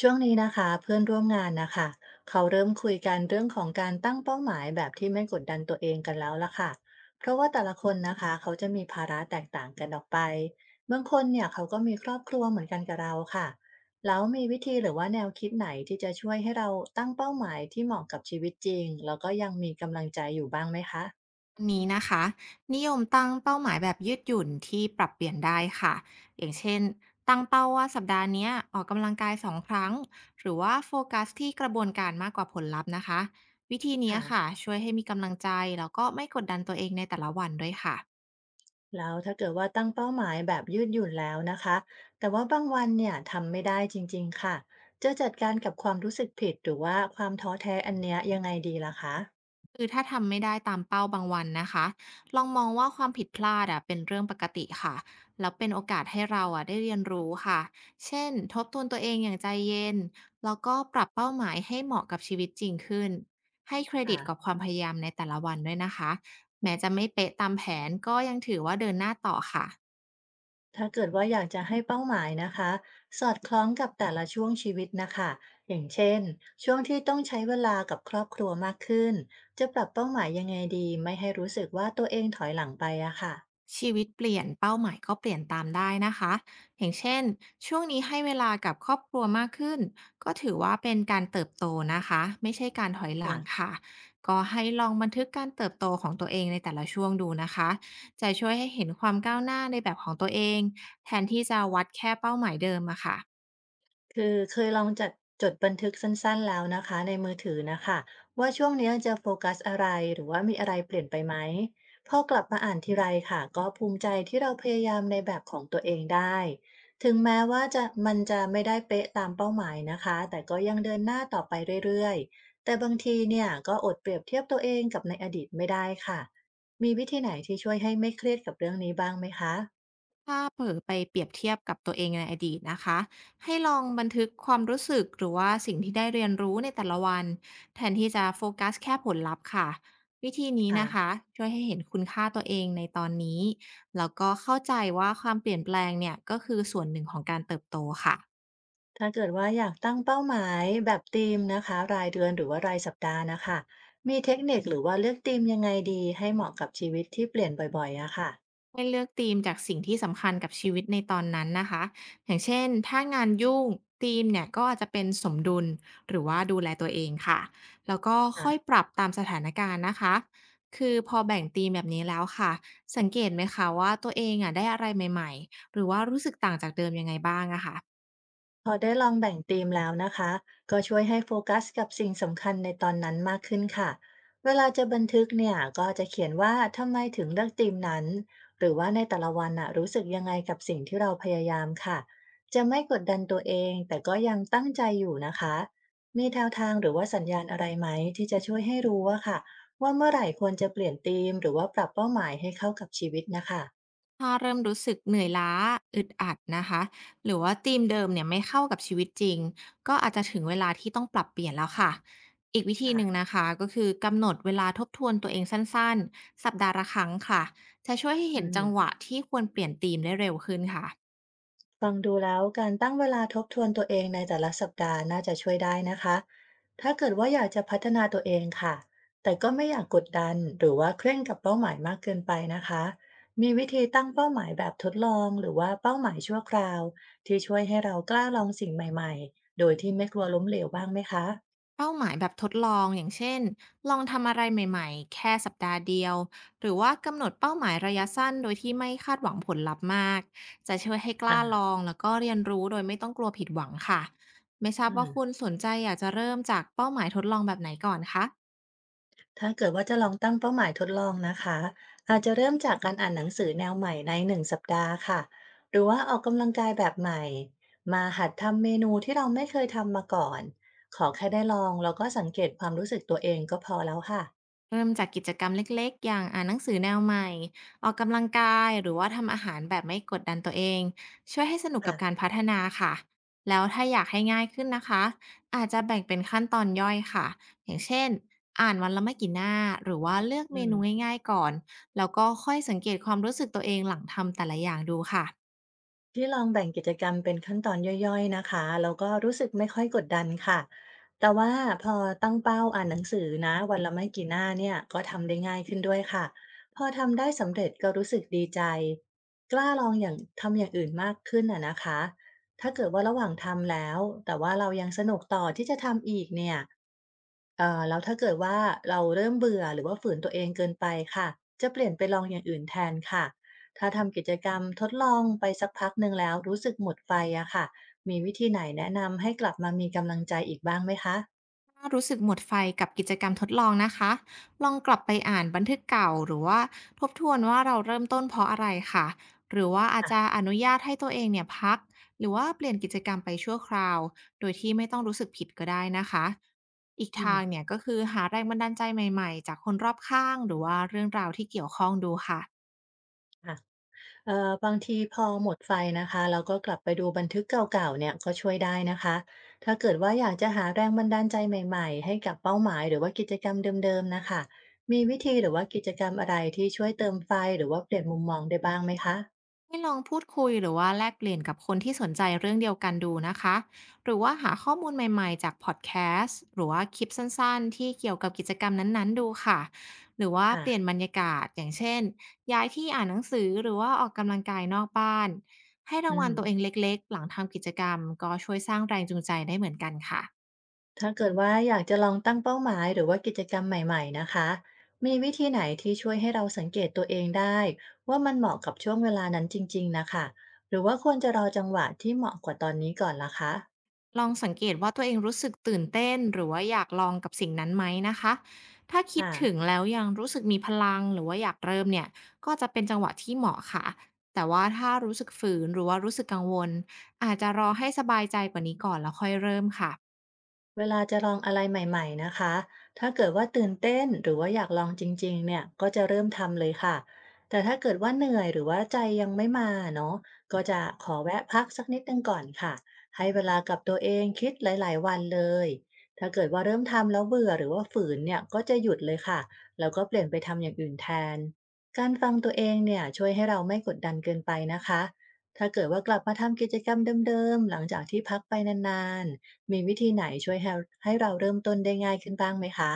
ช่วงนี้นะคะเพื่อนร่วมงานนะคะเขาเริ่มคุยกันเรื่องของการตั้งเป้าหมายแบบที่ไม่กดดันตัวเองกันแล้วล่ะค่ะเพราะว่าแต่ละคนนะคะเขาจะมีภาระแตกต่างกันออกไปบางคนเนี่ยเขาก็มีครอบครัวเหมือนกันกับเราค่ะแล้วมีวิธีหรือว่าแนวคิดไหนที่จะช่วยให้เราตั้งเป้าหมายที่เหมาะกับชีวิตจริงแล้วก็ยังมีกำลังใจอยู่บ้างไหมคะนนี้นะคะนิยมตั้งเป้าหมายแบบยืดหยุ่นที่ปรับเปลี่ยนได้ค่ะอย่างเช่นตั้งเป้าว่าสัปดาห์เนี้ยออกกำลังกายสองครั้งหรือว่าโฟกัสที่กระบวนการมากกว่าผลลัพธ์นะคะวิธีเนี้ยค่ะ ค่ะช่วยให้มีกำลังใจแล้วก็ไม่กดดันตัวเองในแต่ละวันด้วยค่ะ แล้วถ้าเกิดว่าตั้งเป้าหมายแบบยืดหยุ่นแล้วนะคะแต่ว่าบางวันเนี่ยทำไม่ได้จริงๆค่ะจะจัดการกับความรู้สึกผิดหรือว่าความท้อแท้อันเนี้ยยังไงดีล่ะคะคือถ้าทำไม่ได้ตามเป้าบางวันนะคะลองมองว่าความผิดพลาดอะเป็นเรื่องปกติค่ะแล้วเป็นโอกาสให้เราอะได้เรียนรู้ค่ะเช่นทบทวนตัวเองอย่างใจเย็นแล้วก็ปรับเป้าหมายให้เหมาะกับชีวิตจริงขึ้นให้เครดิตกับค่ะความพยายามในแต่ละวันด้วยนะคะแม้จะไม่เป๊ะตามแผนก็ยังถือว่าเดินหน้าต่อค่ะ ถ้าเกิดว่าอยากจะให้เป้าหมายนะคะสอดคล้องกับแต่ละช่วงชีวิตนะคะอย่างเช่นช่วงที่ต้องใช้เวลากับครอบครัวมากขึ้นจะปรับเป้าหมายยังไงดีไม่ให้รู้สึกว่าตัวเองถอยหลังไปอะค่ชีวิตเปลี่ยนเป้าหมายก็เปลี่ยนตามได้นะคะอย่างเช่นช่วงนี้ให้เวลากับครอบครัวมากขึ้นก็ถือว่าเป็นการเติบโตนะคะไม่ใช่การถอยหลังะ ค่ะก็ให้ลองบันทึกการเติบโตของตัวเองในแต่ละช่วงดูนะคะจะช่วยให้เห็นความก้าวหน้าในแบบของตัวเองแทนที่จะวัดแค่เป้าหมายเดิมอะค่ะ คือเคยลองจัดจดบันทึกสั้นๆแล้วนะคะในมือถือนะคะว่าช่วงเนี้ยจะโฟกัสอะไรหรือว่ามีอะไรเปลี่ยนไปไหมพอกลับมาอ่านทีไรค่ะก็ภูมิใจที่เราพยายามในแบบของตัวเองได้ถึงแม้ว่าจะมันจะไม่ได้เป๊ะตามเป้าหมายนะคะแต่ก็ยังเดินหน้าต่อไปเรื่อยๆแต่บางทีเนี่ยก็อดเปรียบเทียบตัวเองกับในอดีตไม่ได้ค่ะมีวิธีไหนที่ช่วยให้ไม่เครียดกับเรื่องนี้บ้างไหมคะถ้าเผลอไปเปรียบเทียบกับตัวเองในอดีตนะคะให้ลองบันทึกความรู้สึกหรือว่าสิ่งที่ได้เรียนรู้ในแต่ละวันแทนที่จะโฟกัสแค่ผลลัพธ์ค่ะวิธีนี้ค่ะ นะคะช่วยให้เห็นคุณค่าตัวเองในตอนนี้แล้วก็เข้าใจว่าความเปลี่ยนแปลงเนี่ยก็คือส่วนหนึ่งของการเติบโตค่ะ ถ้าเกิดว่าอยากตั้งเป้าหมายแบบธีมนะคะรายเดือนหรือว่ารายสัปดาห์นะคะมีเทคนิคหรือว่าเลือกธีมยังไงดีให้เหมาะกับชีวิตที่เปลี่ยนบ่อยๆอะค่ะ ให้เลือกธีมจากสิ่งที่สำคัญกับชีวิตในตอนนั้นนะคะ อย่างเช่นถ้างานยุ่งธีมเนี่ยก็อาจจะเป็นสมดุลหรือว่าดูแลตัวเองค่ะ แล้วก็ค่อยปรับตามสถานการณ์นะคะ คือพอแบ่งธีมแบบนี้แล้วค่ะ สังเกตไหมคะว่าตัวเองอ่ะได้อะไรใหม่ๆหรือว่ารู้สึกต่างจากเดิมยังไงบ้างอะค่ะ พอได้ลองแบ่งธีมแล้วนะคะก็ช่วยให้โฟกัสกับสิ่งสำคัญในตอนนั้นมากขึ้นค่ะเวลาจะบันทึกเนี่ยก็จะเขียนว่าทำไมถึงเลือกธีมนั้นหรือว่าในแต่ละวันน่ะรู้สึกยังไงกับสิ่งที่เราพยายามค่ะจะไม่กดดันตัวเองแต่ก็ยังตั้งใจอยู่นะคะมีแนวทางหรือว่าสัญญาณอะไรไหมที่จะช่วยให้รู้ว่าค่ะว่าเมื่อไหร่ควรจะเปลี่ยนธีมหรือว่าปรับเป้าหมายให้เข้ากับชีวิตนะคะถ้าเริ่มรู้สึกเหนื่อยล้าอึดอัดนะคะหรือว่าธีมเดิมเนี่ยไม่เข้ากับชีวิตจริงก็อาจจะถึงเวลาที่ต้องปรับเปลี่ยนแล้วค่ะอีกวิธีหนึ่งค่ะนะคะก็คือกำหนดเวลาทบทวนตัวเองสั้นๆสัปดาห์ละครั้งค่ะจะช่วยให้อืเห็นจังหวะม ที่ควรเปลี่ยนธีมได้เร็วขึ้นค่ะ ฟังดูแล้วการตั้งเวลาทบทวนตัวเองในแต่ละสัปดาห์น่าจะช่วยได้นะคะถ้าเกิดว่าอยากจะพัฒนาตัวเองค่ะแต่ก็ไม่อยากกดดันหรือว่าเคร่งกับเป้าหมายมากเกินไปนะคะมีวิธีตั้งเป้าหมายแบบทดลองหรือว่าเป้าหมายชั่วคราวที่ช่วยให้เรากล้าลองสิ่งใหม่ๆโดยที่ไม่กลัวล้มเหลวบ้างไหมคะเป้าหมายแบบทดลองอย่างเช่นลองทำอะไรใหม่ๆแค่สัปดาห์เดียวหรือว่ากำหนดเป้าหมายระยะสั้นโดยที่ไม่คาดหวังผลลัพธ์มากจะช่วยให้กอ่ล้าลาองแล้วก็เรียนรู้โดยไม่ต้องกลัวผิดหวังค่ะไม่ทราบอืว่าม คุณสนใจอยากจะเริ่มจากเป้าหมายทดลองแบบไหนก่อนคะ ถ้าเกิดว่าจะลองตั้งเป้าหมายทดลองนะคะอาจจะเริ่มจากการอ่านหนังสือแนวใหม่ใน1 สัปดาห์ค่ะหรือว่าออกกำลังกายแบบใหม่มาหัดทำเมนูที่เราไม่เคยทำมาก่อนขอแค่ได้ลองแล้วก็สังเกตความรู้สึกตัวเองก็พอแล้วค่ะเริ่มจากกิจกรรมเล็กๆ อย่างอ่านหนังสือแนวใหม่ออกกำลังกายหรือว่าทำอาหารแบบไม่กดดันตัวเองช่วยให้สนุกค่ะกับการพัฒนาค่ะแล้วถ้าอยากให้ง่ายขึ้นนะคะอาจจะแบ่งเป็นขั้นตอนย่อยค่ะอย่างเช่นอ่านวันละไม่กี่หน้าหรือว่าเลือกอืเมม นูง่ายๆก่อนแล้วก็ค่อยสังเกตความรู้สึกตัวเองหลังทำแต่ละอย่างดูค่ะ ที่ลองแบ่งกิจกรรมเป็นขั้นตอนย่อยๆนะคะแล้วก็รู้สึกไม่ค่อยกดดันค่ะแต่ว่าพอตั้งเป้าอ่านหนังสือนะวันละไม่กี่หน้าเนี่ยก็ทำได้ง่ายขึ้นด้วยค่ะพอทำได้สำเร็จก็รู้สึกดีใจกล้าลองอย่างทำอย่างอื่นมากขึ้นอ่ะนะคะถ้าเกิดว่าระหว่างทำแล้วแต่ว่าเรายังสนุกต่อที่จะทำอีกเนี่ย แล้วถ้าเกิดว่าเราเริ่มเบื่อหรือว่าฝืนตัวเองเกินไปค่ะจะเปลี่ยนไปลองอย่างอื่นแทนค่ะถ้าทำกิจกรรมทดลองไปสักพักหนึ่งแล้วรู้สึกหมดไฟอะค่ะมีวิธีไหนแนะนำให้กลับมามีกำลังใจอีกบ้างไหมคะถ้ารู้สึกหมดไฟกับกิจกรรมทดลองนะคะลองกลับไปอ่านบันทึกเก่าหรือว่าทบทวนว่าเราเริ่มต้นเพราะอะไรค่ะหรือว่าอาจอ่ะจะอนุญาตให้ตัวเองเนี่ยพักหรือว่าเปลี่ยนกิจกรรมไปชั่วคราวโดยที่ไม่ต้องรู้สึกผิดก็ได้นะคะอีกอืมทางเนี่ยก็คือหาแรงบันดาลใจใหม่ๆจากคนรอบข้างหรือว่าเรื่องราวที่เกี่ยวข้องดูค่ะ ค่ะ บางทีพอหมดไฟนะคะแล้วก็กลับไปดูบันทึกเก่าๆเนี่ยก็ช่วยได้นะคะถ้าเกิดว่าอยากจะหาแรงบันดาลใจใหม่ๆให้กับเป้าหมายหรือว่ากิจกรรมเดิมๆนะคะมีวิธีหรือว่ากิจกรรมอะไรที่ช่วยเติมไฟหรือว่าเปลี่ยนมุมมองได้บ้างไหมคะให้ลองพูดคุยหรือว่าแลกเปลี่ยนกับคนที่สนใจเรื่องเดียวกันดูนะคะหรือว่าหาข้อมูลใหม่ๆจากพอดแคสต์หรือว่าคลิปสั้นๆที่เกี่ยวกับกิจกรรมนั้นๆดูค่ะหรือว่าค่ะเปลี่ยนบรรยากาศอย่างเช่นย้ายที่อ่านหนังสือหรือว่าออกกำลังกายนอกบ้านให้รางอืวัลมตัวเองเล็กๆหลังทำกิจกรรมก็ช่วยสร้างแรงจูงใจได้เหมือนกันค่ะ ถ้าเกิดว่าอยากจะลองตั้งเป้าหมายหรือว่ากิจกรรมใหม่ๆนะคะมีวิธีไหนที่ช่วยให้เราสังเกตตัวเองได้ว่ามันเหมาะกับช่วงเวลานั้นจริงๆนะคะหรือว่าควรจะรอจังหวะที่เหมาะกว่าตอนนี้ก่อนล่ะคะลองสังเกตว่าตัวเองรู้สึกตื่นเต้นหรือว่าอยากลองกับสิ่งนั้นไหมนะคะ ถ้าคิดถึงค่ะ แล้วยังรู้สึกมีพลังหรือว่าอยากเริ่มเนี่ยก็จะเป็นจังหวะที่เหมาะค่ะ แต่ว่าถ้ารู้สึกฝืนหรือว่ารู้สึกกังวลอาจจะรอให้สบายใจกว่านี้ก่อนแล้วค่อยเริ่มค่ะ เวลาจะลองอะไรใหม่ๆนะคะ ถ้าเกิดว่าตื่นเต้นหรือว่าอยากลองจริงๆเนี่ยก็จะเริ่มทำเลยค่ะ แต่ถ้าเกิดว่าเหนื่อยหรือว่าใจยังไม่มาเนาะก็จะขอแวะพักสักนิดหนึ่งก่อนค่ะ ให้เวลากับตัวเองคิดหลายๆวันเลยถ้าเกิดว่าเริ่มทำแล้วเบื่อหรือว่าฝืนเนี่ยก็จะหยุดเลยค่ะแล้วก็เปลี่ยนไปทำอย่างอื่นแทนการฟังตัวเองเนี่ยช่วยให้เราไม่กดดันเกินไปนะคะถ้าเกิดว่ากลับมาทำกิจกรรมเดิมๆหลังจากที่พักไปนานๆ มีวิธีไหนช่วยให้เราเริ่มต้นได้ง่ายขึ้นบ้างไหมคะ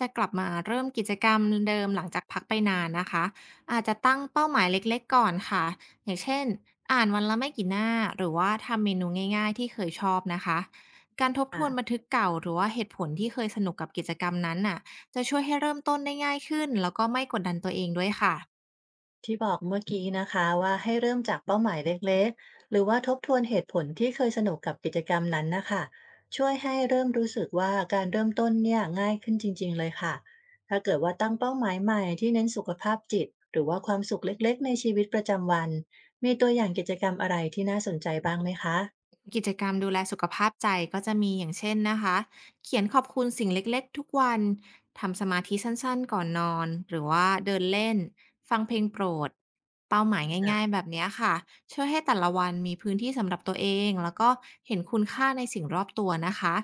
จะกลับมาเริ่มกิจกรรมเดิมหลังจากพักไปนานนะคะอาจจะตั้งเป้าหมายเล็กๆก่อนค่ะอย่างเช่นอ่านวันละไม่กี่หน้าหรือว่าทำเมนูง่ายๆที่เคยชอบนะคะการทบทวนบัอ่านทึกเก่าหรือว่าเหตุผลที่เคยสนุกกับกิจกรรมนั้นน่ะจะช่วยให้เริ่มต้นได้ง่ายขึ้นแล้วก็ไม่กดดันตัวเองด้วยค่ะ ที่บอกเมื่อกี้นะคะว่าให้เริ่มจากเป้าหมายเล็กๆ หรือว่าทบทวนเหตุผลที่เคยสนุกกับกิจกรรมนั้นนะคะ ช่วยให้เริ่มรู้สึกว่าการเริ่มต้นเนี่ยง่ายขึ้นจริงๆเลยค่ะถ้าเกิดว่าตั้งเป้าหมายใหม่ที่เน้นสุขภาพจิตหรือว่าความสุขเล็กๆในชีวิตประจำวันมีตัวอย่างกิจกรรมอะไรที่น่าสนใจบ้างไหมคะกิจกรรมดูแลสุขภาพใจก็จะมีอย่างเช่นนะคะ เขียนขอบคุณสิ่งเล็กๆทุกวัน ทำสมาธิสั้นๆก่อนนอน หรือว่าเดินเล่น ฟังเพลงโปรด เป้าหมายอ่ะง่ายๆแบบเนี้ยค่ะ ช่วยให้แต่ละวันมีพื้นที่สำหรับตัวเอง แล้วก็เห็นคุณค่าในสิ่งรอบตัวนะคะ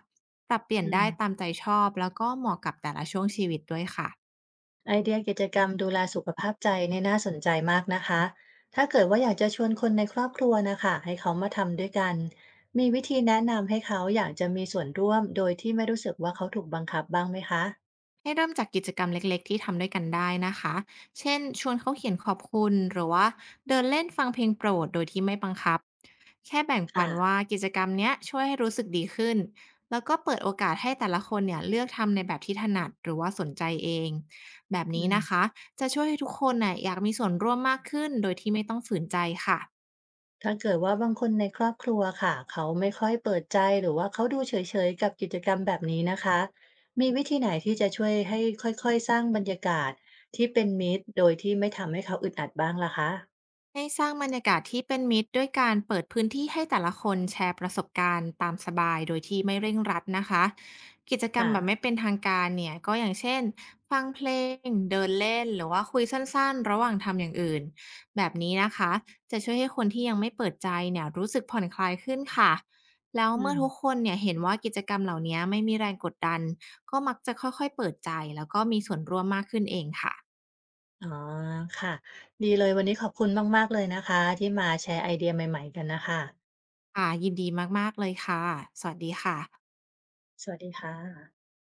ปรับเปลี่ยนอืได้ตาม มใจชอบ แล้วก็เหมาะกับแต่ละช่วงชีวิตด้วยค่ะไอเดียกิจกรรมดูแลสุขภาพใจเนี่ยน่าสนใจมากนะคะถ้าเกิดว่าอยากจะชวนคนในครอบครัวนะคะให้เขามาทำด้วยกันมีวิธีแนะนำให้เขาอยากจะมีส่วนร่วมโดยที่ไม่รู้สึกว่าเขาถูกบังคับบ้างไหมคะให้เริ่มจากกิจกรรมเล็กๆที่ทำด้วยกันได้นะคะเช่นชวนเขาเขียนขอบคุณหรือว่าเดินเล่นฟังเพลงโปรดโดยที่ไม่บังคับ แค่แบ่งปัค่ะนว่ากิจกรรมเนี้ยช่วยให้รู้สึกดีขึ้นแล้วก็เปิดโอกาสให้แต่ละคนเนี่ยเลือกทำในแบบที่ถนัดหรือว่าสนใจเองแบบอืนี้มนะคะจะช่วยให้ทุกคนน่ะอยากมีส่วนร่วมมากขึ้นโดยที่ไม่ต้องฝืนใจค่ะ ถ้าเกิดว่าบางคนในครอบครัวค่ะเขาไม่ค่อยเปิดใจหรือว่าเขาดูเฉยๆกับกิจกรรมแบบนี้นะคะมีวิธีไหนที่จะช่วยให้ค่อยๆสร้างบรรยากาศที่เป็นมิตรโดยที่ไม่ทำให้เขาอึดอัดบ้างล่ะคะให้สร้างบรรยากาศที่เป็นมิตรด้วยการเปิดพื้นที่ให้แต่ละคนแชร์ประสบการณ์ตามสบายโดยที่ไม่เร่งรัดนะคะกิจกรรมแบบไม่ค่ะเป็นทางการเนี่ยก็อย่างเช่นฟังเพลงเดินเล่นหรือว่าคุยสั้นๆ ระหว่างทำอย่างอื่นแบบนี้นะคะจะช่วยให้คนที่ยังไม่เปิดใจเนี่ยรู้สึกผ่อนคลายขึ้นค่ะแล้วอืเมื่อทุกคม นเนี่ยเห็นว่ากิจกรรมเหล่านี้ไม่มีแรงกดดันก็มักจะค่อยๆเปิดใจแล้วก็มีส่วนร่วมมากขึ้นเองค่ะอ๋อค่ะดีเลยวันนี้ขอบคุณมากๆเลยนะคะที่มาแชร์ไอเดียใหม่ๆกันนะคะค่ะยินดีมากๆเลยค่ะสวัสดีค่ะสวัสดีค่ะ